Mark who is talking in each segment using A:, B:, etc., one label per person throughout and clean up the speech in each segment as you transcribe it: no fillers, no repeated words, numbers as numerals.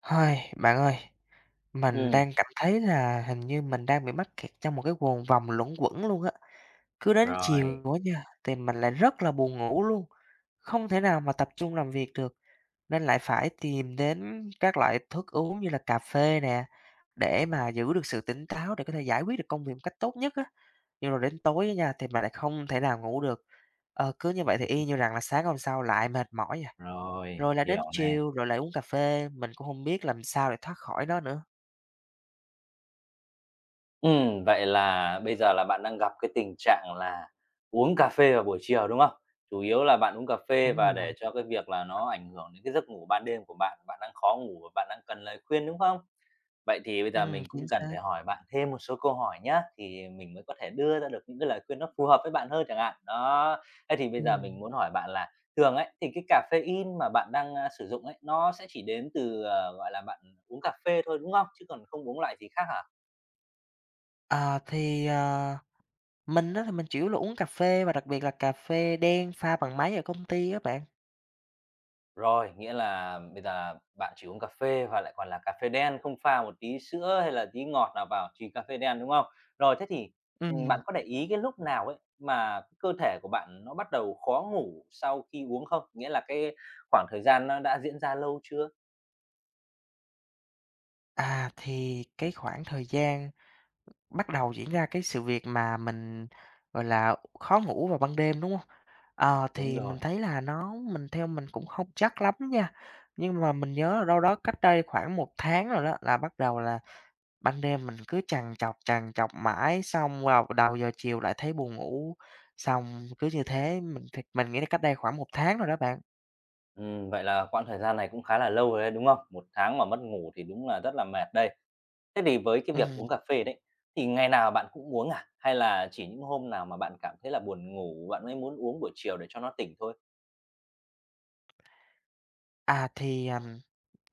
A: Hây, bạn ơi, mình
B: Ừm.
A: đang cảm thấy là hình như mình đang bị mắc kẹt trong một cái guồng vòng luẩn quẩn luôn á. Cứ đến chiều
B: Rồi,
A: á nha, thì mình lại rất là buồn ngủ luôn, không thể nào mà tập trung làm việc được, nên lại phải tìm đến các loại thức uống như là cà phê nè, để mà giữ được sự tỉnh táo để có thể giải quyết được công việc một cách tốt nhất á. Nhưng rồi đến tối á nha, thì mình lại không thể nào ngủ được. Cứ như vậy thì y như rằng là sáng hôm sau lại mệt mỏi à.
B: rồi,
A: Rồi là đến
B: hiểu nè.
A: chiều rồi lại uống cà phê, mình cũng hông biết làm sao để thoát khỏi đó nữa.
B: Vậy là bây giờ là bạn đang gặp cái tình trạng là uống cà phê vào buổi chiều, đúng không? Chủ yếu là bạn uống cà phê
A: Đúng
B: và
A: rồi.
B: để cho cái việc là nó ảnh hưởng đến cái giấc ngủ ban đêm của bạn, bạn đang khó ngủ và bạn đang cần lời khuyên, đúng không? Vậy thì bây giờ mình
A: Chính
B: cũng cần
A: xác,
B: phải hỏi bạn thêm một số câu hỏi nhá, thì mình mới có thể đưa ra được những cái lời khuyên nó phù hợp với bạn hơn chẳng hạn. Đó, thế thì bây giờ mình
A: ừm.
B: muốn hỏi bạn là thường ấy, thì cái caffeine mà bạn đang sử dụng ấy, nó sẽ chỉ đến từ, gọi là, bạn uống cà phê thôi, đúng không? Chứ còn không uống loại gì khác hả?
A: Ờ, thì, mình á thì mình chủ yếu là uống cà phê và đặc biệt là cà phê đen pha bằng máy ở công ty á bạn.
B: Rồi, nghĩa là bây giờ là bạn chỉ uống cà phê và lại còn là cà phê đen, không pha một tí sữa hay là tí ngọt nào vào, chỉ cà phê đen, đúng không? Rồi thế thì,
A: Ừm,
B: bạn có để ý cái lúc nào ấy mà cái cơ thể của bạn nó bắt đầu khó ngủ sau khi uống không? Nghĩa là cái khoảng thời gian nó đã diễn ra lâu chưa?
A: thì cái khoảng thời gian bắt đầu diễn ra cái sự việc mà mình, gọi là, khó ngủ vào ban đêm, đúng hông? Ờ,
B: Đúng
A: thì
B: rồi.
A: mình thấy là nó mình theo mình cũng không chắc lắm nha, nhưng mà mình nhớ là đâu đó cách đây khoảng 1 tháng rồi đó là bắt đầu là ban đêm mình cứ trằn trọc mãi, xong vào đầu giờ chiều lại thấy buồn ngủ, xong cứ như thế mình thì mình nghĩ là cách đây khoảng một tháng rồi đó bạn.
B: Vậy là quãng thời gian này cũng khá là lâu rồi đấy, đúng không? Một tháng mà mất ngủ thì đúng là rất là mệt đây. Thế thì với cái việc
A: Ừm.
B: uống cà phê đấy, thì ngày nào bạn cũng uống à? Hay là chỉ những hôm nào mà bạn cảm thấy là buồn ngủ, bạn mới muốn uống buổi chiều để cho nó tỉnh thôi?
A: Thì,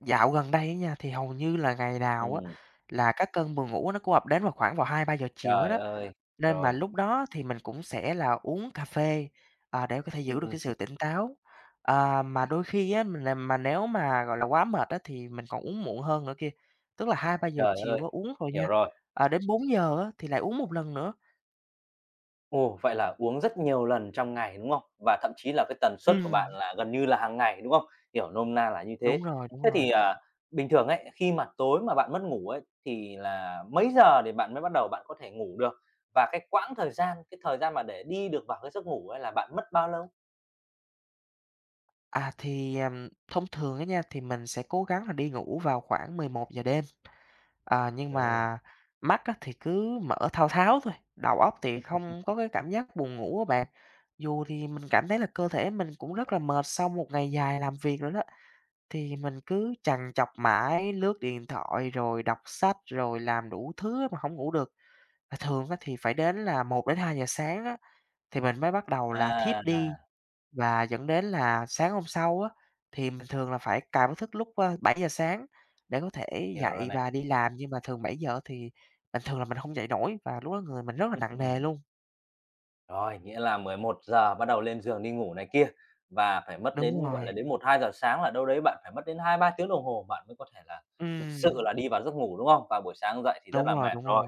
A: dạo gần đây á nha, thì hầu như là ngày nào á
B: Ừm,
A: là các cơn buồn ngủ nó cũng ập đến vào khoảng vào 2-3 giờ chiều hết
B: trời
A: á.
B: ơi!
A: Nên mà
B: Rồi,
A: lúc đó thì mình cũng sẽ là uống cà phê, để có thể giữ được
B: ừm,
A: cái sự tỉnh táo. Mà đôi khi á, mình làm mà nếu mà, gọi là, quá mệt á, thì mình còn uống muộn hơn nữa kia, tức là hai ba giờ
B: trời
A: chiều á
B: ơi!
A: uống rồi nha,
B: Hiểu rồi.
A: đến 4:00 á thì lại uống một lần nữa.
B: Ồ, vậy là uống rất nhiều lần trong ngày, đúng không? Và thậm chí là cái tần suất của bạn
A: Ừm,
B: là gần như là hàng ngày, đúng không? Hiểu nôm na là như thế.
A: đúng rồi, đúng
B: Thế
A: rồi.
B: thì, bình thường ấy, khi mà tối mà bạn mất ngủ ấy, thì là mấy giờ thì bạn mới bắt đầu bạn có thể ngủ được? Và cái quãng thời gian, cái thời gian mà để đi được vào cái giấc ngủ ấy là bạn mất bao lâu?
A: Thì, thông thường á nha, thì mình sẽ cố gắng là đi ngủ vào khoảng 11 giờ đêm. Nhưng
B: Rồi.
A: mà mắt á thì cứ mở thao tháo thôi, đầu óc thì không có cái cảm giác buồn ngủ á bạn. Dù thì mình cảm thấy là cơ thể mình cũng rất là mệt sau một ngày dài làm việc rồi đó, thì mình cứ trằn trọc mãi, lướt điện thoại rồi đọc sách rồi làm đủ thứ mà không ngủ được. Và thường á thì phải đến là 1 đến 2 giờ sáng á, thì mình mới bắt đầu là thiếp đi.
B: À,
A: Và dẫn đến là sáng hôm sau á, thì mình thường là phải cài báo thức lúc, 7 giờ sáng để có thể
B: hiểu rồi
A: dậy
B: này.
A: và đi làm, nhưng mà thường 7 giờ thì bình thường là mình không dậy nổi và lúc đó người mình rất là nặng nề luôn.
B: Rồi, nghĩa là 11 giờ bắt đầu lên giường đi ngủ này kia, và phải mất
A: Đúng
B: đến, gọi
A: rồi,
B: là, đến 1-2 giờ sáng là đâu đấy bạn phải mất đến 2-3 tiếng đồng hồ bạn mới có thể là thực sự là
A: ừm,
B: đi vào giấc ngủ, đúng không? Và buổi sáng dậy thì rất
A: đúng
B: là
A: rồi,
B: mệt
A: đúng rồi.
B: rồi.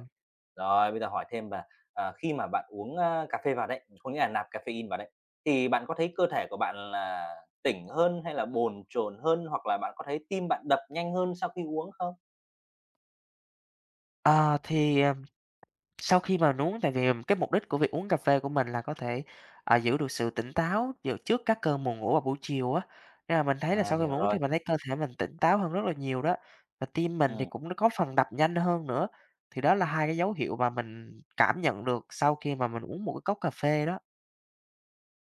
B: Rồi, bây giờ hỏi thêm là, khi mà bạn uống, cà phê vào đấy, có nghĩa là nạp caffeine vào đấy, thì bạn có thấy cơ thể của bạn là tỉnh hơn hay là bồn chồn hơn, hoặc là bạn có thấy tim bạn đập nhanh hơn sau khi uống không?
A: Ờ, thì, ờ Sau khi mà uống tại vì cái mục đích của việc uống cà phê của mình là có thể, giữ được sự tỉnh táo vào trước các cơn buồn ngủ vào buổi chiều á, nên là mình thấy là
B: À,
A: sau khi
B: hiểu
A: mình uống thì
B: rồi,
A: mình thấy cơ thể mình tỉnh táo hơn rất là nhiều đó, và tim mình thì
B: ừm.
A: cũng đã có phần đập nhanh hơn nữa. Thì đó là hai cái dấu hiệu mà mình cảm nhận được sau khi mà mình uống một cái cốc cà phê đó.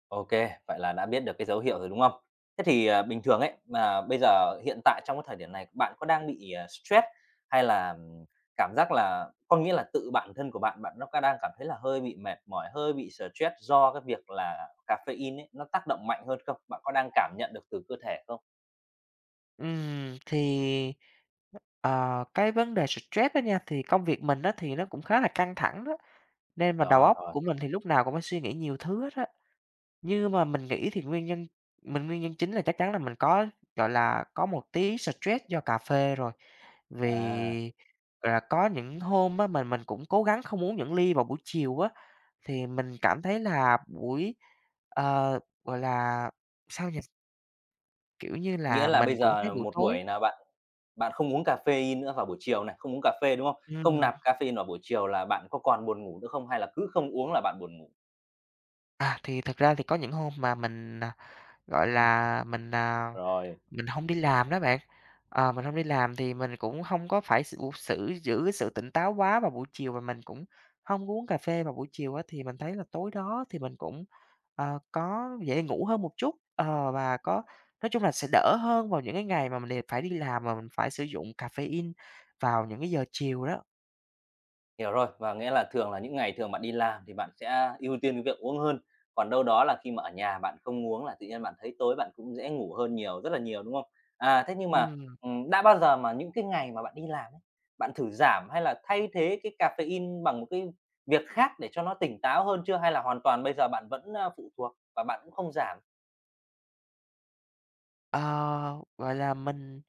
B: OK, vậy là đã biết được cái dấu hiệu rồi, đúng không? Thế thì, bình thường ấy, mà bây giờ hiện tại trong cái thời điểm này bạn có đang bị, à, stress hay là, cảm giác là có nghĩa là tự bản thân của bạn, bạn nó có đang cảm thấy là hơi bị mệt mỏi, hơi bị stress do cái việc là caffeine ấy, nó tác động mạnh hơn không? Bạn có đang cảm nhận được từ cơ thể không?
A: Thì, cái vấn đề stress đó nha, thì công việc mình đó thì nó cũng khá là căng thẳng đó, nên mà đầu
B: Đó,
A: óc
B: rồi.
A: của mình thì lúc nào cũng phải suy nghĩ nhiều thứ hết á. Như mà mình nghĩ thì nguyên nhân chính là chắc chắn là mình có, gọi là, có một tí stress do cà phê rồi.
B: À,
A: Vì, gọi là, có những hôm á mình cũng cố gắng không uống những ly vào buổi chiều á, thì mình cảm thấy là buổi gọi là, sao nhỉ? Kiểu như
B: nghĩa
A: là,
B: là
A: mình
B: bây
A: cũng thấy
B: giờ
A: buổi
B: một
A: tối
B: buổi là bạn bạn không uống caffeine nữa vào buổi chiều này, không uống cà phê, đúng không? Không
A: ừm,
B: nạp caffeine vào buổi chiều là bạn có còn buồn ngủ nữa không hay là cứ không uống là bạn buồn ngủ?
A: thì thật ra thì có những hôm mà mình, gọi là, mình, à
B: Rồi,
A: Mình hông đi làm đó bạn, mình hông đi làm thì mình cũng hông có phải sự sự giữ cái sự tỉnh táo quá vào buổi chiều và mình cũng hông có uống cà phê vào buổi chiều á, thì mình thấy là tối đó thì mình cũng, có dễ ngủ hơn một chút, và có nói chung là sẽ đỡ hơn vào những cái ngày mà mình đều phải đi làm mà mình phải sử dụng caffeine vào những cái giờ chiều đó.
B: hiểu rồi. Và nghĩa là thường là những ngày thường bạn đi làm thì bạn sẽ ưu tiên cái việc uống hơn. Còn đâu đó là khi mà ở nhà bạn không uống là tự nhiên bạn thấy tối bạn cũng dễ ngủ hơn nhiều, rất là nhiều, đúng không? À, thế nhưng mà,
A: Ừm.
B: đã bao giờ mà những cái ngày mà bạn đi làm ấy, bạn thử giảm hay là thay thế cái caffeine bằng một cái việc khác để cho nó tỉnh táo hơn chưa? Hay là hoàn toàn bây giờ bạn vẫn, phụ thuộc và bạn cũng không giảm?
A: Ờ, gọi là, mình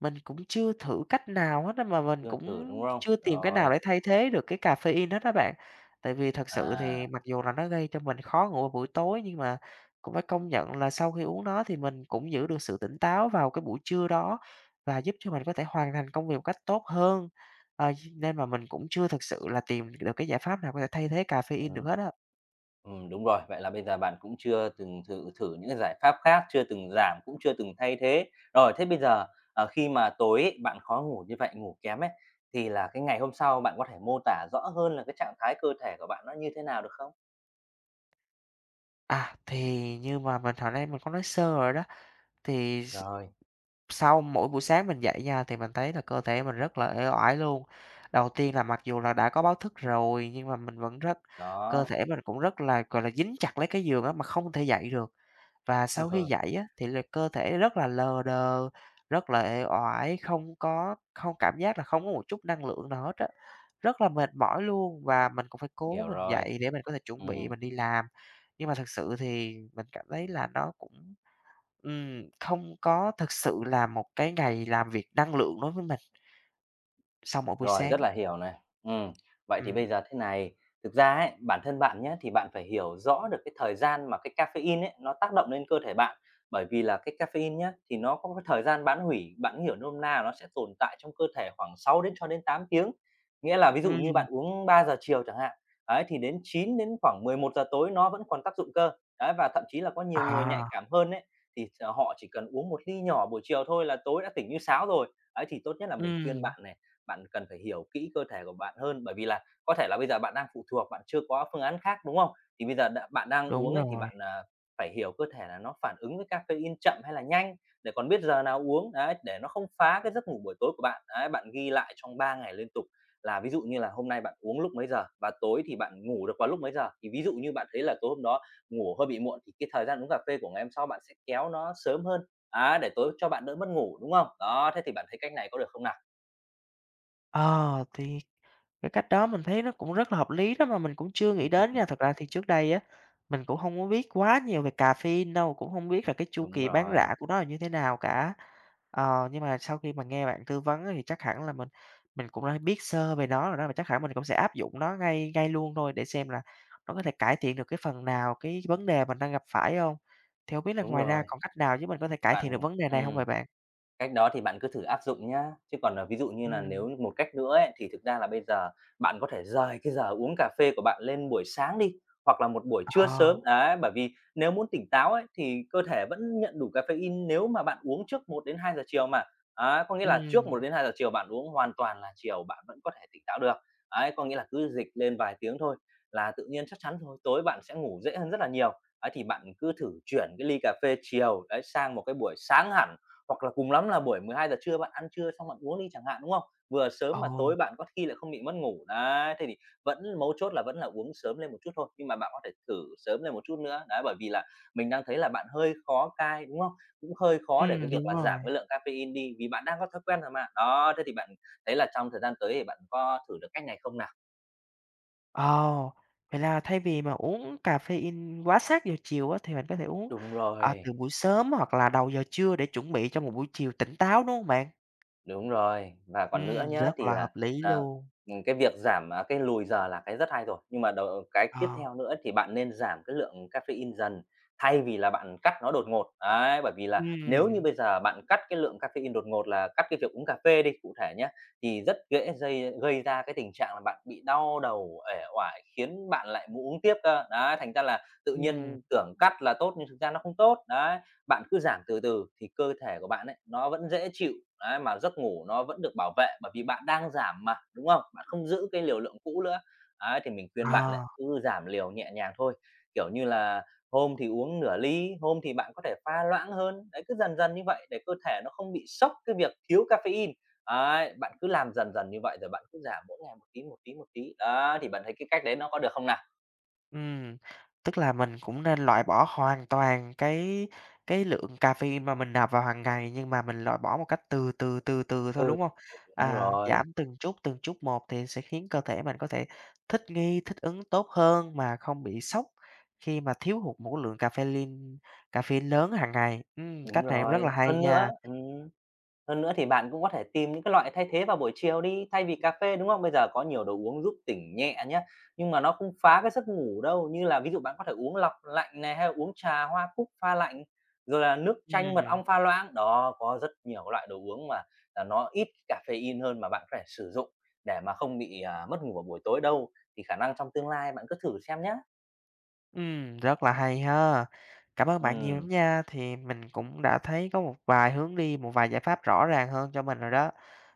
A: Mình cũng chưa thử cách nào hết á, mà mình
B: Chưa thử,
A: cũng
B: đúng không?
A: chưa tìm cái nào
B: Rồi,
A: để thay thế được cái caffeine hết á bạn. Tại vì thật sự
B: à,
A: thì mặc dù là nó gây cho mình khó ngủ vào buổi tối, nhưng mà cũng phải công nhận là sau khi uống nó thì mình cũng giữ được sự tỉnh táo vào cái buổi trưa đó và giúp cho mình có thể hoàn thành công việc một cách tốt hơn. Ờ, nên mà mình cũng chưa thực sự là tìm được cái giải pháp nào có thể thay thế caffeine được
B: ừm.
A: hết á.
B: Đúng rồi. Vậy là bây giờ bạn cũng chưa từng thử thử những cái giải pháp khác, chưa từng giảm, cũng chưa từng thay thế. Rồi, thế bây giờ, khi mà tối ấy, bạn khó ngủ như vậy, ngủ kém ấy, thì là cái ngày hôm sau bạn có thể mô tả rõ hơn là cái trạng thái cơ thể của bạn nó như thế nào được không?
A: Thì như mà mình hồi nãy mình có nói sơ rồi đó, thì
B: Rồi,
A: sau mỗi buổi sáng mình dậy nha, thì mình thấy là cơ thể mình rất là uể oải luôn. Đầu tiên là mặc dù là đã có báo thức rồi, nhưng mà mình vẫn rất cơ
B: đó,
A: thể mình cũng rất là, gọi là, dính chặt lấy cái giường á, mà không thể dậy được. Và sau khi dậy á, thì là cơ thể rất là lờ đờ, rất là uể oải, không có không cảm giác là không có một chút năng lượng nào hết á, rất là mệt mỏi luôn. Và mình cũng phải cố
B: hiểu
A: mình
B: rồi.
A: dậy để mình có thể chuẩn bị
B: Ừm.
A: mình đi làm. Nhưng mà thực sự thì mình cảm thấy là nó cũng không có thực sự là một cái ngày làm việc năng lượng đối với mình sau mỗi buổi
B: Rồi, rất
A: sáng.
B: là hiểu này. Ừm, vậy thì
A: Ừm,
B: bây giờ thế này, thực ra ấy, bản thân bạn nhé thì bạn phải hiểu rõ được cái thời gian mà cái caffeine ấy, nó tác động lên cơ thể bạn. Bởi vì là cái caffeine nhé thì nó có cái thời gian bán hủy, bạn hiểu nôm na là nó sẽ tồn tại trong cơ thể khoảng 6 đến 8 tiếng. Nghĩa là ví dụ như
A: ừm,
B: bạn uống 3 giờ chiều chẳng hạn, ấy, thì đến 9 đến khoảng 11 giờ tối nó vẫn còn tác dụng cơ. Đấy, và thậm chí là có nhiều người nhạy
A: à,
B: cảm hơn ấy, thì họ chỉ cần uống một ly nhỏ buổi chiều thôi là tối đã tỉnh như sáo rồi. Ấy, thì tốt nhất là mình khuyên
A: ừm,
B: bạn này. Bạn cần phải hiểu kỹ cơ thể của bạn hơn, bởi vì là có thể là bây giờ bạn đang phụ thuộc, bạn chưa có phương án khác, đúng không? Thì bây giờ bạn đang
A: đúng
B: uống ấy thì
A: rồi.
B: bạn, phải hiểu cơ thể là nó phản ứng với caffeine chậm hay là nhanh, để còn biết giờ nào uống, đấy, để nó không phá cái giấc ngủ buổi tối của bạn. Đấy, bạn ghi lại trong 3 ngày liên tục là ví dụ như là hôm nay bạn uống lúc mấy giờ và tối thì bạn ngủ được vào lúc mấy giờ. Thì ví dụ như bạn thấy là tối hôm đó ngủ hơi bị muộn thì cái thời gian uống cà phê của ngày hôm sau bạn sẽ kéo nó sớm hơn, á, để tối cho bạn đỡ mất ngủ, đúng không? Đó, thế thì bạn thấy cách này có được không nào?
A: Ờ, thì cái cách đó mình thấy nó cũng rất là hợp lý đó mà mình cũng chưa nghĩ đến nha. Thật ra thì trước đây á, mình cũng không có biết quá nhiều về caffeine đâu, cũng không biết là cái chu
B: Đúng
A: kỳ bán
B: rồi,
A: rạ của nó là như thế nào cả. Nhưng mà sau khi mà nghe bạn tư vấn á thì chắc hẳn là mình cũng đã biết sơ về nó rồi đó, và chắc hẳn mình cũng sẽ áp dụng nó ngay ngay luôn thôi để xem là nó có thể cải thiện được cái phần nào cái vấn đề mình đang gặp phải không? Thì hông biết là
B: đúng
A: ngoài ra
B: rồi.
A: còn cách nào giúp mình có thể cải thiện
B: Bạn
A: được vấn đề này không vậy bạn?
B: Cách đó thì bạn cứ thử áp dụng nhá, chứ còn, là ví dụ như là
A: Ừm,
B: nếu như một cách nữa ấy, thì thực ra là bây giờ bạn có thể rời cái giờ uống cà phê của bạn lên buổi sáng đi, hoặc là một buổi trưa
A: ờ,
B: sớm, đấy, bởi vì nếu muốn tỉnh táo ấy, thì cơ thể vẫn nhận đủ caffeine nếu mà bạn uống trước 1 đến 2 giờ chiều mà. Á, có nghĩa là trước
A: ừm,
B: 1 đến 2 giờ chiều bạn uống hoàn toàn là chiều bạn vẫn có thể tỉnh táo được. Ấy, có nghĩa là cứ dịch lên vài tiếng thôi là tự nhiên chắc chắn thôi, tối bạn sẽ ngủ dễ hơn rất là nhiều. Ấy, thì bạn cứ thử chuyển cái ly cà phê chiều, đấy, sang một cái buổi sáng hẳn hoặc là cùng lắm là buổi 12 giờ trưa bạn ăn trưa xong bạn uống đi chẳng hạn, đúng không? Vừa
A: ồ,
B: sớm mà tối bạn có khi lại không bị mất ngủ, đấy, thế thì vẫn mấu chốt là vẫn là uống sớm lên một chút thôi, nhưng mà bạn có thể thử sớm lên một chút nữa. Đấy, bởi vì là mình đang thấy là bạn hơi khó cai, đúng không? Cũng hơi khó để cái
A: ừm,
B: việc
A: đúng
B: là
A: rồi.
B: giảm cái lượng caffeine đi, vì bạn đang có thói quen rồi mà. Đó, thế thì bạn thấy là trong thời gian tới thì bạn có thử được cách này không nào?
A: Ồ, vậy là thay vì mà uống caffeine quá sát giờ chiều á, thì mình có thể uống,
B: Đúng rồi.
A: từ buổi sớm hoặc là đầu giờ trưa để chuẩn bị cho một buổi chiều tỉnh táo, đúng hông bạn?
B: Đúng rồi, và còn nữa nhá,
A: Rất
B: thì
A: là hợp
B: là,
A: lý
B: ờ,
A: luôn.
B: cái việc giảm, cái lùi giờ là cái rất hay rồi, nhưng mà cái tiếp
A: Ờ.
B: theo nữa thì bạn nên giảm cái lượng caffeine dần, thay vì là bạn cắt nó đột ngột. Đấy, bởi vì là nếu như
A: Ừm,
B: bây giờ bạn cắt cái lượng caffeine đột ngột là cắt cái việc uống cà phê đi, cụ thể nhé thì rất dễ gây gây ra cái tình trạng là bạn bị đau đầu, uể oải, khiến bạn lại muốn uống tiếp cơ. Đấy, thành ra là tự
A: ừm.
B: nhiên tưởng cắt là tốt nhưng thực ra nó không tốt. Đấy, bạn cứ giảm từ từ thì cơ thể của bạn ấy, nó vẫn dễ chịu. Đấy, mà giấc ngủ nó vẫn được bảo vệ bởi vì bạn đang giảm mà, đúng không? Bạn không giữ cái liều lượng cũ nữa. Ấy, thì mình khuyên bạn
A: Ờ,
B: lại cứ giảm liều nhẹ nhàng thôi, kiểu như là, hôm thì uống nửa ly, hôm thì bạn có thể pha loãng hơn. Đấy, cứ dần dần như vậy để cơ thể nó không bị sốc cái việc thiếu caffeine. Ấy, bạn cứ làm dần dần như vậy rồi bạn cứ giảm mỗi ngày một tí, một tí, một tí. Đó, thì bạn thấy cái cách đấy nó có được không nào?
A: ừm, tức là mình cũng nên loại bỏ hoàn toàn cái lượng caffeine mà mình nạp vào hàng ngày, nhưng mà mình loại bỏ một cách từ từ, từ từ thôi,
B: Ừ,
A: đúng hông?
B: đúng rồi,
A: Giảm từng chút một thì sẽ khiến cơ thể mình có thể thích nghi, thích ứng tốt hơn mà không bị sốc khi mà thiếu hụt một cái lượng caffeine caffeine lớn hàng ngày. Cách
B: đúng
A: này cũng rất là
B: rồi.
A: hay nha.
B: Hơn nữa thì bạn cũng có thể tìm những cái loại thay thế vào buổi chiều đi, thay vì cà phê, đúng không? Bây giờ có nhiều đồ uống giúp tỉnh nhẹ nhé nhưng mà nó không phá cái giấc ngủ đâu, như là ví dụ bạn có thể uống lọc lạnh này, hay là uống trà hoa cúc pha lạnh, rồi là nước chanh mật
A: Ừm.
B: ong pha loãng. Đó, có rất nhiều các loại đồ uống mà, nó ít caffeine hơn mà bạn có thể sử dụng để mà không bị, mất ngủ vào buổi tối đâu, thì khả năng trong tương lai bạn cứ thử xem nhé.
A: Rất là hay ha. Cảm ơn bạn nhiều
B: Ừm,
A: lắm nha. Thì mình cũng đã thấy có một vài hướng đi, một vài giải pháp rõ ràng hơn cho mình rồi đó.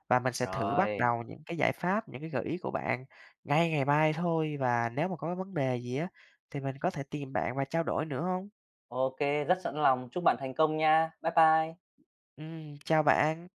A: Và mình sẽ thử bắt
B: Rồi,
A: đầu những cái giải pháp, những cái gợi ý của bạn ngay ngày mai thôi. Và nếu mà có vấn đề gì á, thì mình có thể tìm bạn và trao đổi nữa không?
B: OK, rất sẵn lòng, chúc bạn thành công nha. Bye bye.
A: Chào bạn.